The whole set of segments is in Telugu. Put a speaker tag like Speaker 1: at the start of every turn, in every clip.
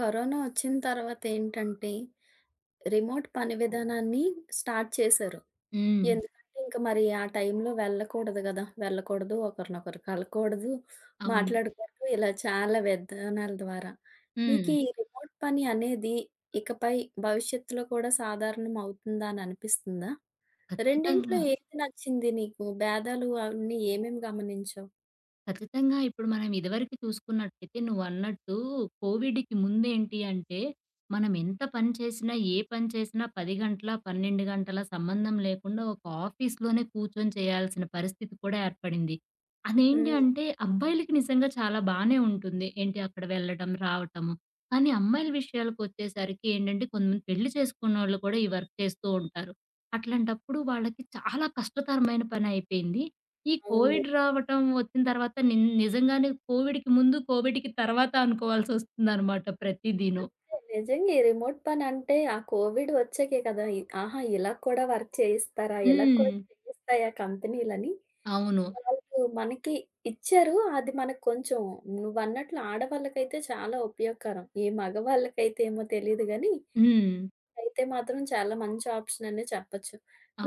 Speaker 1: కరోనా వచ్చిన తర్వాత ఏంటంటే, రిమోట్ పని విధానాన్ని స్టార్ట్ చేశారు.
Speaker 2: హ్మ్.
Speaker 1: ఎందుకంటే, ఇంక మరి ఆ టైంలో వెళ్ళకూడదు గదా! వెళ్ళకూడదు, ఒకరినొకరు కలవకూడదు,
Speaker 2: అవును.
Speaker 1: మాట్లాడకూడదు, ఇలా చాలా విధానాల ద్వారా.
Speaker 2: హ్మ్.
Speaker 1: నీకీ రిమోట్ పని అనేది ఇకపై భవిష్యత్తులో కూడా సాధారణం అవుతుందా అని అనిపిస్తుందా? రెండిట్లో
Speaker 2: ఖచ్చితంగా.
Speaker 1: ఏది నచ్చింది నీకు? భేదాలు అవన్నీ ఏమేమి గమనించావు?
Speaker 2: ఖచ్చితంగా. ఇప్పుడు మనం ఇదివరకు చూసుకున్నట్టయితే నువ్వన్నట్టు కోవిడ్‌కి ముందేంటి అంటే, మనం ఎంత పని చేసినా, ఏ పని చేసినా 10 గంటల, 12 గంటల సంబంధం లేకుండా ఒక ఆఫీస్‌లోనే కూర్చొని చేయాల్సిన పరిస్థితి కూడా ఏర్పడింది. అదేంటి
Speaker 1: హ్మ్.
Speaker 2: అంటే అబ్బాయిలకి నిజంగా చాలా బానే ఉంటుంది. ఏంటి అక్కడ వెళ్ళడం, రావటము. కానీ అమ్మాయిల విషయాలకొచ్చేసరికి ఏంటంటే కొంతమంది పెళ్లి చేసుకున్నోళ్ళు కూడా ఈ వర్క్ చేస్తూ ఉంటారు. అట్లాంటప్పుడు వాళ్ళకి చాలా కష్టతరమైన పనయిపోయింది. ఈ
Speaker 1: అవును.
Speaker 2: కోవిడ్ రావటం వచ్చిన తర్వాత నిజంగానే కోవిడ్‌కి ముందు, కోవిడ్‌కి తర్వాత అనుకోవాల్సొస్తుందనమాట ప్రతిదీను.
Speaker 1: అంతే. నిజంగా ఈ రిమోట్ పనంటే ఆ కోవిడ్ వచ్చాకే కదా! ఆహా! ఇలా కూడా వర్క్ చేయిస్తారా? ఇలా కూడా
Speaker 2: హ్మ్.
Speaker 1: చేయిస్తాయా కంపెనీలని?
Speaker 2: అవును.
Speaker 1: వాళ్ళు మనకి ఇచ్చారు. అది మనకు కొంచెం నువ్వన్నట్లు ఆడవాళ్ళకైతే చాలా ఉపయోగకరం. ఈ మగవాళ్ళకైతే ఏమో తెలీదు గానీ,
Speaker 2: హ్మ్.
Speaker 1: అయితే మాత్రం చాలా మంచి ఆప్షన్ అనే చెప్పొచ్చు.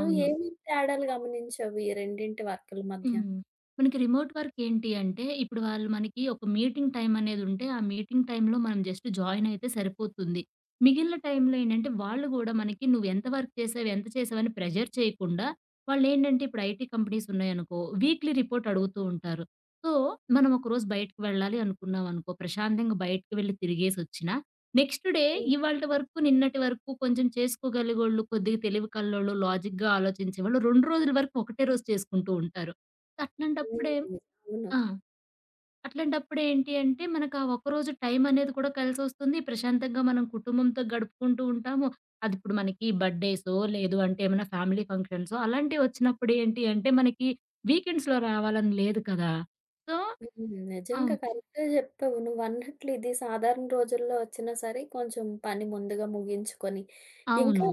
Speaker 1: నువ్వు ఏమేం తేడాలు గమనించావు ఈ రెండింటి వర్కుల మధ్య?
Speaker 2: హ్మ్. మనకి రిమోట్ వర్క్ ఏంటి అంటే, ఇప్పుడు వాళ్ళు మనకి ఒక మీటింగ్ టైమ్ అనేదుంటే, ఆ మీటింగ్ టైమ్‌లో మనం జస్ట్ జాయిన్ అయితే సరిపోతుంది. మిగిలిన టైమ్‌లో ఏంటంటే, వాళ్ళు గూడా మనకి నువ్వెంత వర్క్ చేసావు, ఎంత చేసావని ప్రెషర్ చేయకుండా, వాళ్ళేంటంటే ఇప్పుడు ఐటీ కంపెనీస్ ఉన్నాయనుకో, వీక్లీ రిపోర్ట్ అడుగుతూ ఉంటారు. సో, మనం ఒకరోజు బయటకి వెళ్ళాలి అనుకున్నామనుకో, ప్రశాంతంగా బయటకి వెళ్లి తిరిగేసొచ్చినా, నెక్స్ట్ డే
Speaker 1: హ్మ్.
Speaker 2: ఇవాల్టి వరకు, నిన్నటి వరకు కొంచెం చేసుకోగలిగోళ్ళు, కొద్దిగా తెలివి కల్లోళ్ళు, లాజిక్‌గా ఆలోచించేవాళ్ళు 2 రోజుల వరకు ఒకటే రోజు చేసుకుంటూ ఉంటారు. అట్లాంటప్పుడే
Speaker 1: హ్మ్. అవును.
Speaker 2: ఆ! అట్లాంటప్పుడు ఏంటి అంటే, మనకు ఆ ఒక్కరోజు టైం అనేది కూడా కలిసొస్తుంది. ప్రశాంతంగా మనం కుటుంబంతో గడుపుకుంటూ ఉంటాము. అదిప్పుడు మనకి బర్త్‌డేసో, లేదు అంటే ఏమైనా ఫ్యామిలీ ఫంక్షన్సో అలాంటివి వచ్చినప్పుడు ఏంటి అంటే, మనకి వీకెండ్స్‌లో రావాలని లేదు కదా! సో
Speaker 1: హ్మ్. నిజంగా
Speaker 2: అవును.
Speaker 1: కరెక్టే జెప్పావు. నువ్వన్నట్లు ఇది సాధారణ రోజుల్లో వచ్చినా సరే కొంచెం పని ముందుగా ముగించుకొని, ఇంకా
Speaker 2: అవును.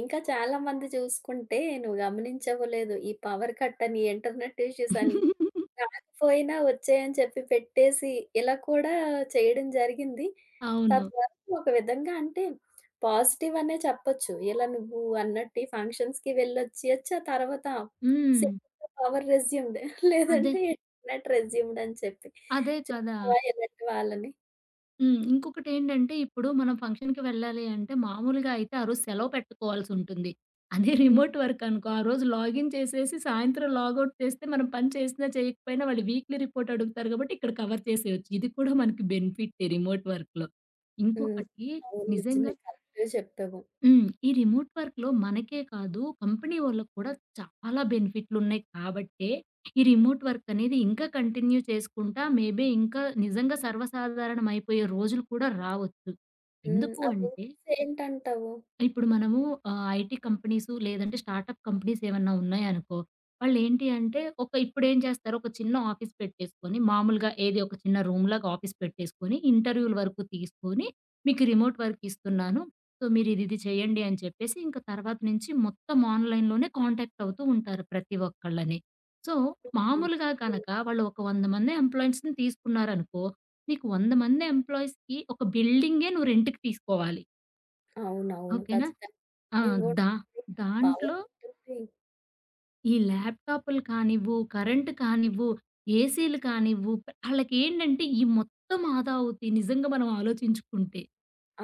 Speaker 1: ఇంకా చాలా మంది చూసుకుంటే నువ్వు గమనించావో లేదో ఈ పవర్ కట్ అని, ఇంటర్నెట్ ఇష్యూస్ అని రాకపోయినా వచ్చాయని చెప్పి పెట్టేసి, ఇలా కూడా చేయడం జరిగింది.
Speaker 2: అవును.
Speaker 1: తద్వారా ఒక విధంగా అంటే పాజిటివ్ అనే చెప్పొచ్చు. ఇలా నువ్వు అన్నట్టు ఈ ఫంక్షన్స్‌కి వెళ్ళొచ్చేయొచ్చు. ఆ తర్వాత
Speaker 2: హ్మ్.
Speaker 1: సింపుల్‌గా పవర్ రెస్యూమ్‌డ్
Speaker 2: అదే.
Speaker 1: లేదంటే నాట్ రెస్యూమ్‌డ్ అని చెప్పి.
Speaker 2: అదే కదా!
Speaker 1: చూసావా ఇలాంటి వాళ్ళని?
Speaker 2: హ్మ్. ఇంకొకటేంటంటే, ఇప్పుడు మనం ఫంక్షన్‌కి వెళ్ళాలి అంటే, మామూలుగా అయితే ఆ రోజు సెలవు పెట్టుకోవాల్సుంటుంది. అదే
Speaker 1: హ్మ్.
Speaker 2: రిమోట్ వర్క్ అనుకో, ఆ రోజు లాగిన్ చేసేసి, సాయంత్రం లాగౌట్ చేస్తే, మనం పని చేసినా, చేయకపోయినా వాళ్ళు వీక్లీ రిపోర్ట్ అడుగుతారు కాబట్టి, ఇక్కడ కవర్ చేసేయొచ్చు. ఇది కూడా మనకి బెనిఫిట్టే రిమోట్ వర్క్‌లో.
Speaker 1: హ్మ్.
Speaker 2: ఇంకొకటి
Speaker 1: అవును.
Speaker 2: నిజంగా
Speaker 1: నిజమే. కరెక్ట్‌గా చెప్పావు.
Speaker 2: ఈ రిమోట్ వర్క్‌లో మనకే కాదు, కంపెనీ వాళ్ళకి కూడా చాలా బెనిఫిట్లున్నాయి కాబట్టే, ఈ రిమోట్ వర్క్ అనేది ఇంకా కంటిన్యూ చేసుకుంటా, మేబీ ఇంకా నిజంగా సర్వసాధారణం అయిపోయే రోజులు కూడా రావచ్చు.
Speaker 1: హ్మ్.
Speaker 2: ఎందుకు
Speaker 1: ఆ
Speaker 2: అంటే
Speaker 1: మూవీస్ ఏంటంటావు?
Speaker 2: ఇప్పుడు మనము ఐటీ కంపెనీసు లేదంటే స్టార్టప్ కంపెనీస్ ఏమన్నా ఉన్నాయనుకో, వాళ్ళేంటి అంటే ఒక ఇప్పుడేం చేస్తారు ఒక చిన్న ఆఫీస్ పెట్టేసుకొని మామూలుగా ఏది ఒక చిన్న రూమ్‌లాగా ఆఫీస్ పెట్టేసుకొని ఇంటర్వ్యూల వరకు తీసుకొని మీకు రిమోట్ వర్క్ ఇస్తున్నాను. సో, మీరు ఇది ఇది చేయండి అని చెప్పేసి ఇంక తర్వాత నుంచి మొత్తం ఆన్‌లైన్‌లోనే కాంటాక్ట్ అవుతూ ఉంటారు ప్రతి ఒక్కళ్ళని. సో,
Speaker 1: హ్మ్.
Speaker 2: మామూలుగా
Speaker 1: హ్మ్.
Speaker 2: గనక వాళ్ళు ఒక 100 మంది ఎంప్లాయీస్‌ని తీసుకున్నారనుకో, నీకు 100 మంది ఎంప్లాయీస్‌కి ఒక బిల్డింగే నువ్వు రెంట్‌కి తీసుకోవాలి.
Speaker 1: అవునవును.
Speaker 2: ఓకేనా?
Speaker 1: ఖచ్చితంగా.
Speaker 2: ఆ!
Speaker 1: ఇంకోటి
Speaker 2: దా
Speaker 1: పవర్
Speaker 2: దాంట్లో
Speaker 1: ఉంటుంది.
Speaker 2: ఈ ల్యాప్‌టాప్‌లు కానివ్వు, కరెంట్ కానివ్వు, ఏసీలు కానివ్వు, ఆళ్ళకేంటంటే ఈ మొత్తం ఆదా అవుతాయి నిజంగా మనం ఆలోచించుకుంటే.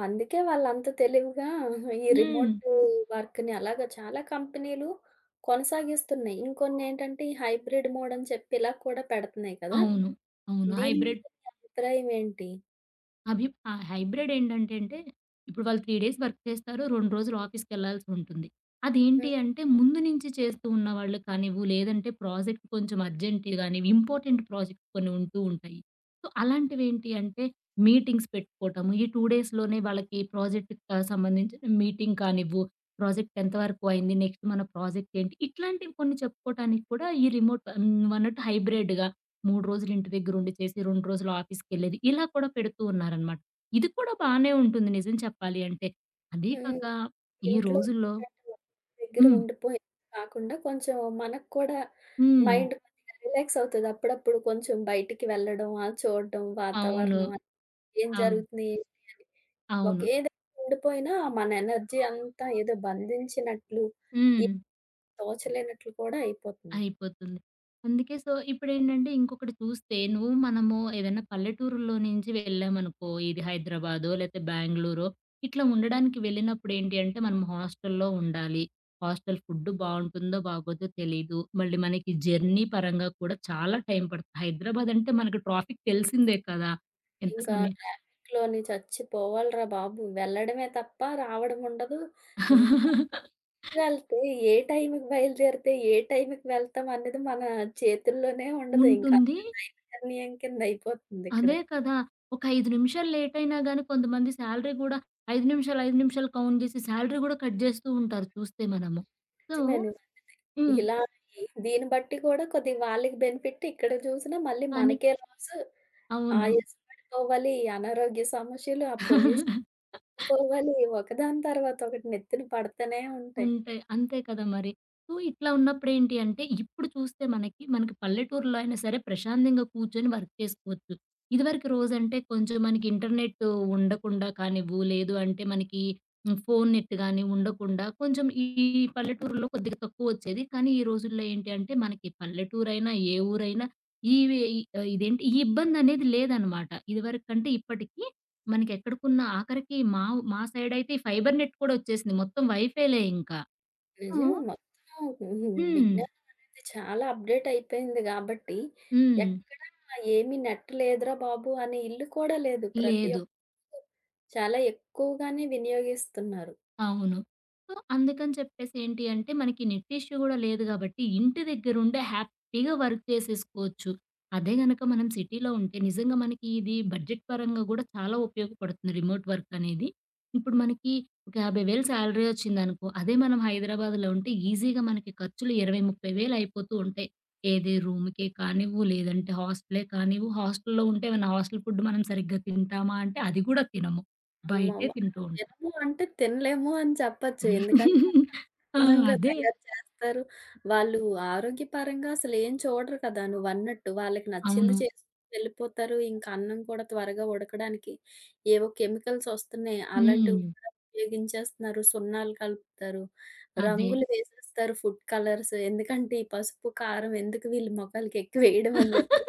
Speaker 1: అందుకే వాళ్ళంత తెలివిగా ఈ
Speaker 2: హ్మ్.
Speaker 1: రిమోట్ వర్క్‌ని అలాగా చాలా కంపెనీలు కొనసాగిస్తున్నాయి. ఇంకొన్నేంటంటే ఈ హైబ్రిడ్ మోడ్ అని చెప్పి ఇలా కూడా పెడుతున్నాయి కదా!
Speaker 2: అవును. అవును.
Speaker 1: దీని
Speaker 2: హైబ్రిడ్
Speaker 1: మీద మీ అభిప్రాయం ఏంటి?
Speaker 2: అభి ఆ! హైబ్రిడ్ ఏంటంటే అంటే, ఇప్పుడు వాళ్ళు 3 డేస్ వర్క్ చేస్తారు. 2 రోజులు ఆఫీస్‌కెళ్ళాల్సి ఉంటుంది. అదేంటి
Speaker 1: హ్మ్.
Speaker 2: అంటే ముందు నుంచి చేస్తూ ఉన్నవాళ్ళు కానివ్వు, లేదంటే ప్రాజెక్ట్ కొంచెం అర్జెంట్‌వి కానివి, ఇంపార్టెంట్ ప్రాజెక్ట్ కొన్ని ఉంటూ ఉంటాయి. సో, అలాంటివేంటి అంటే మీటింగ్స్ పెట్టుకోవటము. ఈ 2 డేస్‌లోనే వాళ్ళకి ప్రాజెక్ట్‌కి సంబంధించిన మీటింగ్ కానివ్వు, ప్రాజెక్ట్ ఎంత వరకు అయింది, నెక్స్ట్ మన ప్రాజెక్ట్ ఏంటి, ఇట్లాంటివి కొన్ని చెప్పుకోవటానికి కూడా ఈ రిమోట్ నువ్వన్నట్టు హైబ్రిడ్‌గా 3 రోజులు ఇంటి దగ్గరుండి చేసి, 2 రోజులు ఆఫీస్‌కెళ్ళేది. ఇలా కూడా పెడుతూ ఉన్నారనమాట. ఇది కూడా బానే ఉంటుంది నిజం చెప్పాలి అంటే. అదే
Speaker 1: హ్మ్.
Speaker 2: కాక ఈ
Speaker 1: ఇంట్లో
Speaker 2: రోజుల్లో
Speaker 1: ఏంటంటే ఒకళ్ళ దగ్గర
Speaker 2: హ్మ్.
Speaker 1: ఉండిపోయేది కాకుండా కొంచెం మనకు కూడా
Speaker 2: హ్మ్.
Speaker 1: మైండ్ కొద్దిగా రిలాక్స్ అవుతది. అప్పుడప్పుడు కొంచెం బయటికి వెళ్ళడం, ఆ చూడడం
Speaker 2: అవును.
Speaker 1: వాతావరణం అది ఏం
Speaker 2: అవును.
Speaker 1: జరుగుతుంది ఏంటి అని.
Speaker 2: అవును.
Speaker 1: ఒకే దగ్గర ఉండిపోయినా మన ఎనర్జీ అంతా ఏదో బంధించినట్లు,
Speaker 2: హ్మ్.
Speaker 1: ఏం తోచలేనట్లు కూడా అయిపోతుంది.
Speaker 2: అయిపోతుంది. అందుకే సో, ఇప్పుడేంటంటే ఇంకొకటి చూస్తే నువ్వు మనము ఏదైనా పల్లెటూరులో నుంచి వెళ్ళామనుకో, ఇది హైదరాబాదో లేతే బెంగుళూరో ఇట్లా ఉండడానికి వెళ్ళినప్పుడు ఏంటి అంటే మనం హాస్టల్‌లో ఉండాలి. హాస్టల్ ఫుడ్ బావుంటుందో బాగోదో తెలీదు. మళ్ళీ మనకి జర్నీ పరంగా కూడా చాలా టైం పడుతుంది. హైదరాబాద్ అంటే మనకు ట్రాఫిక్ తెలిసిందే కదా! ఎంత
Speaker 1: ఇంకా
Speaker 2: సమయం
Speaker 1: ట్రాఫిక్‌లోని చచ్చిపోవాలిరా బాబు! వెళ్ళడమే తప్ప రావడం ఉండదు. ఈ అసలు వెళ్తే ఏ టైంకి బయలుదేరితే, ఏ టైంకి వెళ్తాం అనేది మన చేతుల్లోనే ఉండదు. ఇంకా అంత
Speaker 2: ఉంటుంది.
Speaker 1: టైం నిర్ణయం కింద అయిపోతుంది ఇక్కడ.
Speaker 2: అదే కదా! ఒక 5 నిమిషాలు లేట్ అయినా గాని కొంతమంది సాలరీ గూడా 5 నిమిషాలు, 5 నిమిషాలు కౌంట్ జేసి సాలరీ గూడా కట్ జేస్తూ ఉంటారు చూస్తే మనము. సో
Speaker 1: నిజమేను.
Speaker 2: హ్మ్.
Speaker 1: ఇలా దీన్ని బట్టి కూడా కొద్దిగా వాళ్ళకి బెనిఫిట్. ఇక్కడ చూసినా మళ్ళీ
Speaker 2: మనకి
Speaker 1: మనకే లాస్.
Speaker 2: అవును.
Speaker 1: ఆయాసం పడిపోవాలి, ఈ అనారోగ్య సమస్యలు, ఆ పొల్యూషన్ పోవాలి. ఒకదాని తర్వాత ఒకటి నెత్తిన పడతనే ఉంటాయి.
Speaker 2: ఉంటాయి. అంతే కదా మరి. సో, ఇట్లా ఉన్నప్పుడేంటి అంటే, ఇప్పుడు చూస్తే మనకి, మనకి పల్లెటూరులో అయినా సరే ప్రశాంతంగా కూర్చొని వర్క్ చేసుకోవచ్చు. ఇదివరకు రోజంటే కొంచెం మనకి ఇంటర్నెట్ ఉండకుండా కానివ్వు, లేదు అంటే మనకి ఫోను నెట్ గాని ఉండకుండా కొంచెం ఈ పల్లెటూరులో కొద్దిగా తక్కువొచ్చేది. కానీ ఈ రోజుల్లో ఏంటి అంటే, మనకి పల్లెటూరైనా, ఏ ఊరైనా ఈవే ఇదేంటి ఈ ఇబ్బందనేది లేదనమాట. ఇదివరకంటే ఇప్పటికి. మనకెక్కడికున్న ఆఖరికి మా మా సైడయితే ఈ ఫైబర్ నెట్ కూడా ఒచ్చేసింది. మొత్తం వైఫైలే ఇంకా. ఓహ్!
Speaker 1: నిజమే మొత్తం హ్మ్.
Speaker 2: హ్మ్.
Speaker 1: విజ్ఞానం అనేది చాలా అప్‌డేట్ అయిపోయింది గాబట్టి,
Speaker 2: హ్మ్.
Speaker 1: ఎక్కడ ఏమి నెట్ లేదురా బాబు అనే ఇల్లు కూడా లేదు. ప్రతి
Speaker 2: లేదు.
Speaker 1: ఒక్కరు చాలా ఎక్కువగానే వినియోగిస్తున్నారు.
Speaker 2: అవును. సో, అందుకని చెప్పేసి ఏంటి అంటే, మనకి నెట్ ఇష్యూ గూడా లేదు గాబట్టి, ఇంటి దగ్గరుండే హ్యాపీగా వర్క్ చేసేసుకోవచ్చు. అదే గనక మనం సిటీలో ఉంటే, నిజంగా మనకి ఇది బడ్జెట్ పరంగా గూడా చాలా ఉపయోగపడుతుంది రిమోట్ వర్క్ అనేది. ఇప్పుడు మనకి ఒక 50,000 శాలరీ వచ్చిందనుకో, అదే మనం హైదరాబాద్‌లో ఉంటే ఈజీగా మనకి ఖర్చులు 20, 30 వేలు అయిపోతూ ఉంటాయి. ఏది రూమ్‌కే కానివ్వు, లేదంటే హాస్టలే కానివ్వు, హాస్టల్‌లో ఉంటే ఏమన్నా హాస్టల్ ఫుడ్ మనం సరిగ్గా తింటామా అంటే, అది గూడా తినము. బయటే
Speaker 1: అమ్మవ్వ!
Speaker 2: తింటూ ఉంటాం.
Speaker 1: తినము అంటే తినలేము అని చెప్పొచ్చు. ఎందుకంటే
Speaker 2: ఆ!
Speaker 1: నిజంగా
Speaker 2: అదే.
Speaker 1: తయారు చేస్తారు. వాళ్ళు ఆరోగ్యపరంగా అసలేం చూడరు కదా! నువ్వన్నట్టు. వాళ్ళకి నచ్చింది
Speaker 2: అవును.
Speaker 1: చేసుకొని వెళ్ళిపోతారు. ఇంకా అన్నం కూడా త్వరగా ఉడకడానికి ఏవో కెమికల్స్ వస్తున్నాయి. అలాంటివి
Speaker 2: హ్మ్.
Speaker 1: కూడా ఉపయోగించేస్తున్నారు. సున్నాలు కలుపుతారు.
Speaker 2: అదే.
Speaker 1: రంగులు వేసేస్తారు ఫుడ్ కలర్స్. ఎందుకంటే ఈ పసుపు, కారం ఎందుకు వీళ్ళు మొఖాలకి ఎక్కువేయడం అని చెప్పి.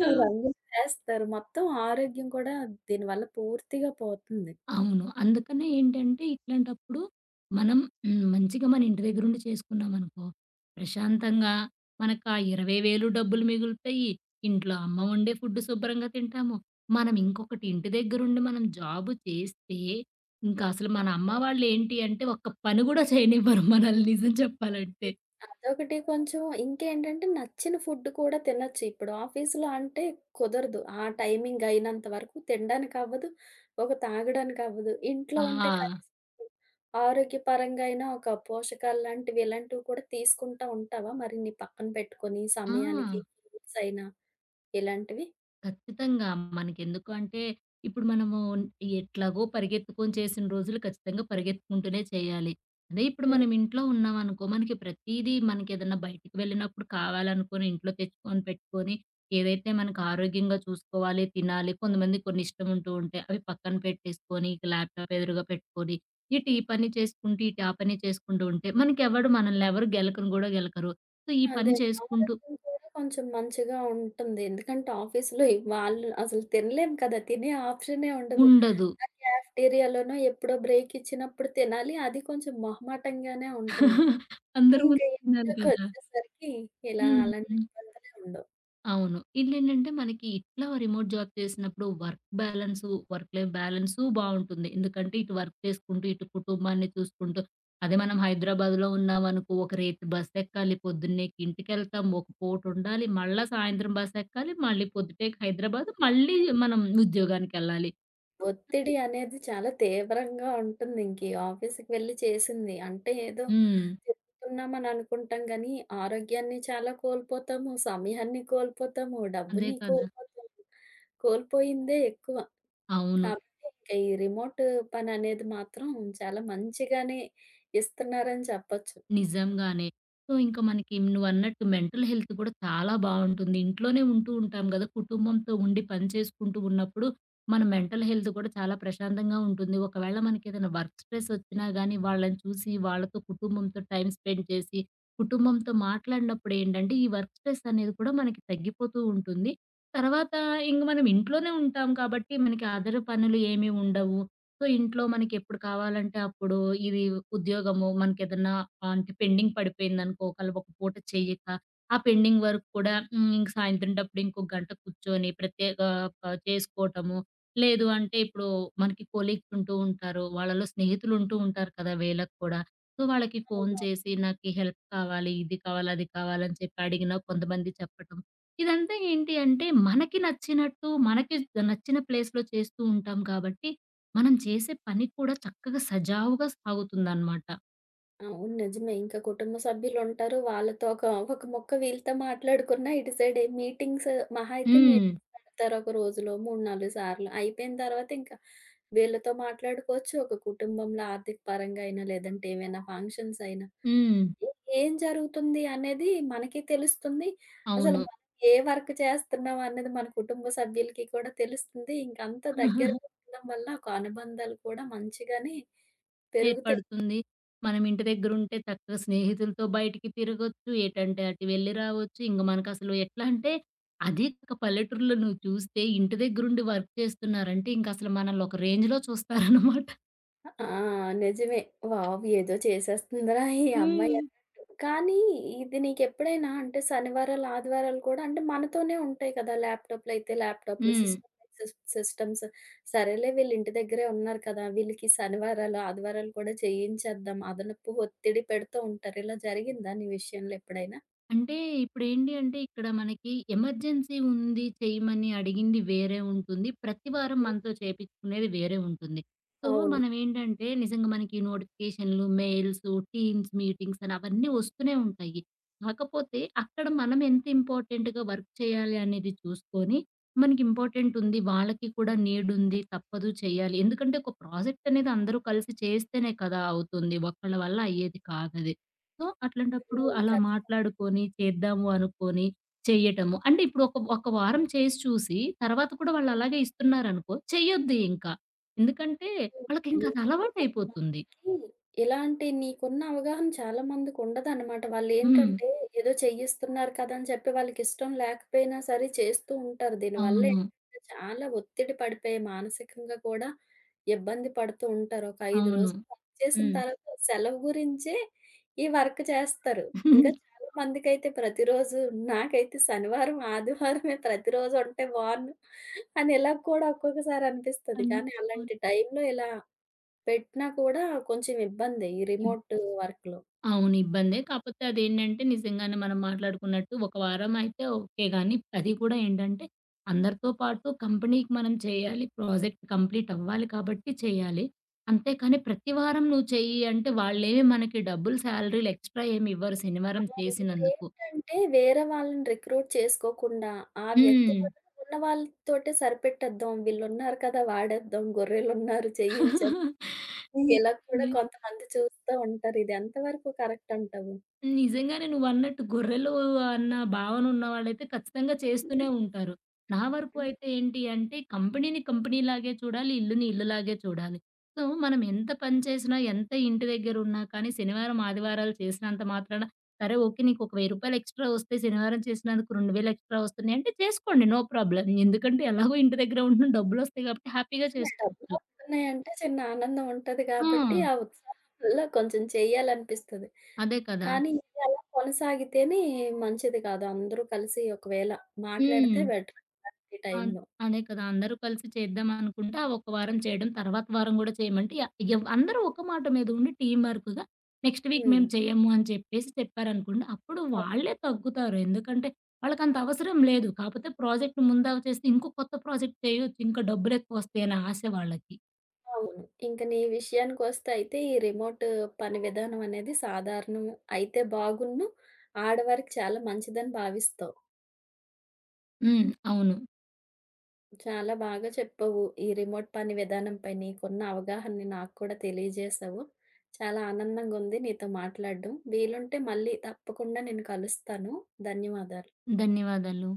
Speaker 2: ఆ!
Speaker 1: రంగులు వేస్తారు. మొత్తం ఆరోగ్యం కూడా దీనివల్ల పూర్తిగా పోతుంది.
Speaker 2: అవును. అందుకనే ఏంటంటే, ఇట్లాంటప్పుడు మనం మంచిగా మన ఇంటి దగ్గరుండి చేసుకున్నామనుకో, ప్రశాంతంగా మనకా 20,000 డబ్బులు మిగులుతయి. ఇంట్లో అమ్మ వండే ఫుడ్ శుభ్రంగా తింటాము. మనం ఇంకొకటి ఇంటి దగ్గరుండి మనం జాబు చేస్తే, ఇంకా అసలు మన అమ్మ వాళ్ళేంటి అంటే, ఒక్క పని గూడా చేయనివ్వరు మనల్ని నిజం చెప్పాలంటే.
Speaker 1: హ్మ్. అదొకటి కొంచెం ఇంకేంటంటే నచ్చిన ఫుడ్ కూడా తినొచ్చు. ఇప్పుడు ఆఫీస్‌లో అంటే కుదరదు. ఆ టైమింగ్ అయినంత వరకు తినడానికి అవ్వదు. ఒక తాగడానికి అవ్వదు. ఇంట్లో ఉంటే కనీసం
Speaker 2: ఆ!
Speaker 1: ఆరోగ్యపరంగా అయినా ఒక పోషకాలు లాంటివి ఇలాంటివి కూడా తీసుకుంటా ఉంటావా? మరి నీ పక్కన పెట్టుకొని
Speaker 2: ఆ!
Speaker 1: సమయానికి ఫ్రూట్స్ అయినా ఇలాంటివి?
Speaker 2: ఖచ్చితంగా. మనకెందుకు అంటే, ఇప్పుడు మనము ఎట్లాగో పరిగెత్తుకొని చేసిన రోజులు ఖచ్చితంగా పరిగెత్తుకుంటూనే చేయాలి. అదే ఇప్పుడు మనం ఇంట్లో ఉన్నామనుకో, మనకి ప్రతీదీ మనకేదన్నా బయటికి వెళ్ళినప్పుడు కావాలనుకోని ఇంట్లో తెచ్చుకొని పెట్టుకొని, ఏదైతే మనకు ఆరోగ్యంగా చూసుకోవాలి, తినాలి. కొంతమందికి కొన్ని ఇష్టం ఉంటూ ఉంటాయి. అవి పక్కన పెట్టేసుకొని, ఇక ల్యాప్‌టాప్ ఎదురుగా పెట్టుకొని, ఇటు ఈ పని చేసుకుంటూ, ఇటు ఆ పని చేసుకుంటూ ఉంటే, మనకెవడు మనల్ని ఎవరు గెలకను గూడా గెలకరు. సో, ఈ పని
Speaker 1: అదే.
Speaker 2: చేసుకుంటూ
Speaker 1: ఆరోగ్యం కూడా కొంచెం మంచిగా ఉంటుంది. ఎందుకంటే ఆఫీస్‌లో వాళ్ళు అసలు తినలేం కదా! తినే ఆప్షనే ఉండదు.
Speaker 2: ఉండదు.
Speaker 1: ఆ క్యాఫ్‌టేరియాలోనో ఎప్పుడో బ్రేక్ ఇచ్చినప్పుడు తినాలి. అది కొంచెం మొహమాటంగానే ఉంటుంది.
Speaker 2: అందరి ముందు
Speaker 1: ఇంకా
Speaker 2: తినాలి కదా!
Speaker 1: ఇంట్లోకొచ్చేసరికి ఇలా
Speaker 2: హ్మ్.
Speaker 1: అలాంటి
Speaker 2: హ్మ్.
Speaker 1: ఇబ్బందులే ఉండవు.
Speaker 2: అవును. ఇల్లేంటంటే మనకి ఇట్లా రిమోట్ జాబ్ చేసినప్పుడు work balance, work life balance బావుంటుంది. ఎందుకంటే ఇటు వర్క్ చేసుకుంటూ, ఇటు కుటుంబాన్ని చూసుకుంటూ, అదే మనం హైదరాబాద్‌లో ఉన్నామనుకో ఒక రేపు బస్సెక్కాలి పొద్దున్నేకి ఇంటికెళ్తాం. ఒక పూటుండాలి. మళ్ళా సాయంత్రం బస్సెక్కాలి. మళ్ళీ పొద్దుటేకి హైదరాబాదు. మళ్ళీ మనం ఉద్యోగానికెళ్ళాలి.
Speaker 1: ఒత్తిడి అనేది చాలా తీవ్రంగా ఉంటుంది. ఇంక ఈ ఆఫీస్‌కి వెళ్లి చేసింది. అంటే ఏదో
Speaker 2: హ్మ్.
Speaker 1: తిరుగుతున్నామని అనుకుంటాం గానీ, ఆరోగ్యాన్ని చాలా కోల్పోతాము, సమయాన్ని కోల్పోతాము,
Speaker 2: అదే
Speaker 1: డబ్బుని
Speaker 2: కదా!
Speaker 1: కోల్పోతాము. కోల్పోయిందే ఎక్కువ.
Speaker 2: అవును.
Speaker 1: కాబట్టి ఇంక ఈ రిమోట్ పననేది మాత్రం చాలా మంచిగానే ఇస్తున్నారని చెప్పొచ్చు.
Speaker 2: నిజంగానే. సో, ఇంక మనకి నువ్వన్నట్టు మెంటల్ హెల్త్ కూడా చాలా బావుంటుంది. ఇంట్లోనే ఉంటూ ఉంటాం గదా! కుటుంబంతో ఉండి పని చేసుకుంటూ ఉన్నప్పుడు మన మెంటల్ హెల్త్ కూడా చాలా ప్రశాంతంగా ఉంటుంది. ఒకవేళ మనకేదైనా వర్క్ స్ట్రెస్ ఒచ్చినా గానీ వాళ్ళని చూసి, వాళ్ళతో కుటుంబంతో టైమ్ స్పెండ్ చేసి, కుటుంబంతో మాట్లాడినప్పుడు ఏంటంటే ఈ వర్క్ స్ట్రెస్ అనేది కూడా మనకి తగ్గిపోతూ ఉంటుంది. తర్వాత ఇంక మనం ఇంట్లోనే ఉంటాం కాబట్టి మనకి అదర్ పనులు ఏమీ ఉండవు. సో, ఇంట్లో మనకెప్పుడు కావాలంటే అప్పుడు ఇది ఉద్యోగము మనకేదన్నా అంటే పెండింగ్ పడిపోయిందనుకో, ఒక పూట చెయ్యక, ఆ పెండింగ్ వర్క్ కూడా ఇంక సాయంత్రం టప్పుడు ఇంకో గంట కూర్చొని ప్రత్యేక చేసుకోటము. లేదు అంటే ఇప్పుడు మనకి కొలీగ్స్ ఉంటూ ఉంటారు. వాళ్ళలో స్నేహితులుంటూ ఉంటారు కదా! వీళ్ళకి కూడా. సో, వాళ్ళకి ఫోను
Speaker 1: అవును.
Speaker 2: చేసి నాకీ హెల్ప్ కావాలి, ఇది కావాలి, అది కావాలని చెప్పి అడిగినా కొంతమంది చెప్పటం. ఇదంతా ఏంటి అంటే మనకి నచ్చినట్టు, మనకి నచ్చిన ప్లేస్‌లో చేస్తూ ఉంటాం కాబట్టి మనం చేసే పని కూడా చక్కగా సజావుగా సాగుతుందనమాట.
Speaker 1: అవును. నిజమే. ఇంకా కుటుంబ సభ్యులుంటారు. వాళ్ళతో ఒక ముక్క వీళ్ళతో మాట్లాడుకున్నా ఇటు సైడ్ మీటింగ్స్ మహా అయితే
Speaker 2: హ్మ్.
Speaker 1: మీటింగ్స్ పెడతారు ఒక రోజులో 3, 4 సార్లు. అయిపోయిన తర్వాత ఇంకా వీళ్ళతో మాట్లాడుకోవచ్చు. ఒక కుటుంబంలో ఆర్థిక పరంగా అయినా, లేదంటే ఏవైనా ఫంక్షన్స్ అయినా,
Speaker 2: హ్మ్.
Speaker 1: ఏ ఏం జరుగుతుంది అనేది మనకి తెలుస్తుంది. అసలు
Speaker 2: అవును.
Speaker 1: మనం ఏ వర్క్ చేస్తున్నాం అన్నది మన కుటుంబ సభ్యులకి కూడా తెలుస్తుంది. ఇంకంత దగ్గరగా ఉండడం వల్ల ఒక అనుబంధాలు కూడా మంచిగానే పెరుగుతాయి.
Speaker 2: ఏర్పడుతుంది. మనం ఇంటి దగ్గరుంటే చక్కగా స్నేహితులతో బయటికి తిరగొచ్చు. ఎటంటే అటు వెళ్లి రావచ్చు. ఇంక మనకసలు ఎట్లా అంటే అదే ఒక పల్లెటూరులో నువ్వు చూస్తే ఇంటి దగ్గరుండి వర్క్ చేస్తున్నారంటే ఇంకసలు మనల్ని ఒక రేంజ్‌లో చూస్తారనమాట.
Speaker 1: ఆ! నిజమే. వావ్! ఏదో చేసేస్తుందిరా ఈ అమ్మాయి
Speaker 2: హ్మ్.
Speaker 1: అన్నట్టు. కానీ ఇది నీకెప్పుడైనా అంటే శనివారాలు, ఆదివారాలు కూడా అంటే మనతోనే ఉంటాయి కదా! ల్యాప్‌టాప్‌లు అయితే ల్యాప్‌టాప్‌లు,
Speaker 2: హ్మ్.
Speaker 1: సిస్టమ్‌లు అయితే సిస్టమ్స్. సరేలే వీళ్ళు ఇంటి దగ్గరే ఉన్నారు కదా! వీళ్ళకి శనివారాలు, ఆదివారాలు కూడా చేయించేద్దాం. అదనపు ఒత్తిడి పెడుతూ ఉంటారు. ఇలా జరిగిందా నీ విషయంలో ఎప్పుడైనా?
Speaker 2: అంటే ఇప్పుడేంటి అంటే, ఇక్కడ మనకి ఎమర్జెన్సీ ఉంది చేయమని అడిగింది వేరే ఉంటుంది. ప్రతి వారం
Speaker 1: హ్మ్.
Speaker 2: మనతో చేపిచ్చుకునేది వేరే ఉంటుంది. సో,
Speaker 1: అవును.
Speaker 2: మనమేంటంటే నిజంగా మనకి నోటిఫికేషన్‌లు, మెయిల్సు, టీమ్స్ మీటింగ్స్ అని అవన్నీ వస్తూనే ఉంటాయి. కాకపోతే అక్కడ మనం ఎంత ఇంపార్టెంట్‌గా వర్క్ చేయాలి అనేది చూసుకొని, మనకి ఇంపార్టెంట్ ఉంది, వాళ్ళకి కూడా నీడ్ ఉంది, తప్పదు చేయాలి. ఎందుకంటే, ఒక ప్రాజెక్ట్ అనేది అందరూ కలిసి చేస్తేనే కదా అవుతుంది. ఒక్కళ్ళ వల్ల అయ్యేది కాదది. సో, అట్లాంటప్పుడు
Speaker 1: హ్మ్.
Speaker 2: అలా
Speaker 1: ఖచ్చితంగా.
Speaker 2: మాట్లాడుకొని, చేద్దాము అనుకోని చెయ్యటము. అంటే ఇప్పుడు ఒక ఒక వారం చేసి చూసి, తర్వాత కూడా వాళ్ళు అలాగే ఇస్తున్నారనుకో చెయ్యొద్దు ఇంకా. ఎందుకంటే,
Speaker 1: హ్మ్.
Speaker 2: వాళ్ళకింక అది
Speaker 1: నిజంగా
Speaker 2: అలవాటయిపోతుంది.
Speaker 1: కొంతమందికి ఇలాంటి నీకున్న అవగాహన చాలా మందికుండదనమాట.
Speaker 2: హ్మ్.
Speaker 1: వాళ్ళేంటంటే ఏదో చెయ్యిస్తున్నారు కదా! అని చెప్పి వాళ్ళకిష్టం లేకపోయినా సరే చేస్తూ ఉంటారు. దీనివల్ల
Speaker 2: అవును.
Speaker 1: ఏంటంటే చాలా ఒత్తిడి పడిపోయి మానసికంగా కూడా ఇబ్బంది పడుతూ ఉంటారు. ఒక 5
Speaker 2: అవును.
Speaker 1: రోజులు వర్క్ చేసిన
Speaker 2: హ్మ్.
Speaker 1: తర్వాత సెలవు గురించే ఈ వర్క్ చేస్తారు. ఇంకా మందికైతే ప్రతిరోజు నాకైతే శనివారం, ఆదివారమే ప్రతిరోజు ఉంటే బావున్ను అని ఇలా కూడా ఒక్కొక్కసారి అనిపిస్తది.
Speaker 2: అన్
Speaker 1: కానీ
Speaker 2: అవును.
Speaker 1: అలాంటి టైంలో ఇలా పెట్టినా కూడా కొంచెం ఇబ్బందే ఈ రిమోట్ వర్క్‌లో.
Speaker 2: అవును. ఇబ్బందే. కాపోతే అదేంటంటే నిజంగానే మనం మాట్లాడుకున్నట్టు ఒక వారం అయితే ఓకే గానీ, అది కూడా ఏంటంటే అందరితో పాటు కంపెనీకి మనం చేయాలి. ప్రాజెక్ట్ కంప్లీట్ అవ్వాలి కాబట్టి చేయాలి. అంతేకానీ ప్రతి వారం నువ్వు చెయ్యి అంటే వాళ్ళేమి మనకి డబ్బులు సాలరీలు ఎక్స్‌ట్రా ఏమి ఇవ్వరు శనివారం
Speaker 1: ఆ!
Speaker 2: చేసినందుకు.
Speaker 1: వీళ్ళేంటంటే వేరే వాళ్ళని రిక్రూట్ చేసుకోకుండా ఆ వ్యక్తి
Speaker 2: హ్మ్.
Speaker 1: మటుకు ఉన్న వాళ్ళతోటే సరిపెట్టేద్దాం. వీళ్ళున్నారు కదా! వాడేద్దాం. గొర్రెలున్నారు
Speaker 2: నిజమే.
Speaker 1: చేయించేద్దాం. ఇలా కూడా కొంతమంది చూస్తా ఉంటారు. ఇది ఎంతవరకు కరెక్ట్ అంటావు?
Speaker 2: నిజంగానే నువ్వన్నట్టు గొర్రెలు అన్న భావన ఉన్నవాళ్ళైతే ఖచ్చితంగా చేస్తూనే ఉంటారు. నా వరకు అయితే ఏంటి అంటే కంపెనీని కంపెనీలాగే చూడాలి, ఇల్లుని ఇల్లులాగే చూడాలి. సో, మనం ఎంత పని చేసినా, ఎంత ఇంటి దగ్గరున్నా కానీ శనివారం, ఆదివారాలు చేసినంత మాత్రాన సరే ఓకే. నీకొక రూ. 1000 ఎక్స్‌ట్రా వస్తే శనివారం చేసినందుకు 2000 ఎక్స్‌ట్రా వస్తున్నాయి అంటే చేసుకోండి. No problem. ఎందుకంటే ఎలాగో ఇంటి దగ్గర ఉంటున్నాం డబ్బులొస్తాయి కాబట్టి హ్యాపీగా
Speaker 1: నిజమే. డబ్బులు
Speaker 2: చేసుకోవచ్చు.
Speaker 1: వస్తున్నాయంటే చిన్న ఆనందం ఉంటది
Speaker 2: ఆ!
Speaker 1: కాబట్టి, ఆ ఉత్సాహంలో కొంచెం చెయ్యాలనిపిస్తది.
Speaker 2: అదే కదా!
Speaker 1: కానీ ఇది అలా కొనసాగితేనే మంచిది కాదు. అందరూ కలిసి ఒకవేళ మాట్లాడితే
Speaker 2: హ్మ్.
Speaker 1: బెటర్ ఈ
Speaker 2: అన్
Speaker 1: టైంలో.
Speaker 2: అదే కదా! అందరూ కలిసి చేద్దాం అనుకుంటే, ఆ ఒక వారం చేయడం, తర్వాత వారం గూడా చేయమంటే య ఎవ్ అందరూ ఒక మాట మీద ఉండి టీమ్ వర్క్‌గా నెక్స్ట్ వీక్
Speaker 1: హ్మ్.
Speaker 2: మేము చెయ్యము అని చెప్పేసి చెప్పారనుకోండి, అప్పుడు
Speaker 1: అవును.
Speaker 2: వాళ్ళే తగ్గుతారు. ఎందుకంటే, వాళ్ళకంత అవసరం లేదు. కాపోతే ప్రాజెక్ట్ ముందవ చేస్తే ఇంకో కొత్త ప్రాజెక్ట్ చేయొచ్చు. ఇంకా డబ్బులెక్కువొస్తాయి అనే ఆశ వాళ్ళకి.
Speaker 1: అవును. ఇంక నీ విషయానికొస్తే అయితే ఈ రిమోట్ పని విధానం అనేది సాధారణం అయితే బాగున్ను, ఆడవారికి చాలా మంచిదని భావిస్తావు.
Speaker 2: హ్మ్. అవును.
Speaker 1: చాలా బాగా చెప్పావు. ఈ రిమోట్ పని విధానంపై నీకున్న అవగాహనని నాకు కూడా తెలియజేశావు. చాలా ఆనందంగుంది నీతో మాట్లాడడం. వీలుంటే మళ్ళీ తప్పకుండా నేను కలుస్తాను. ధన్యవాదాలు.
Speaker 2: ధన్యవాదాలు.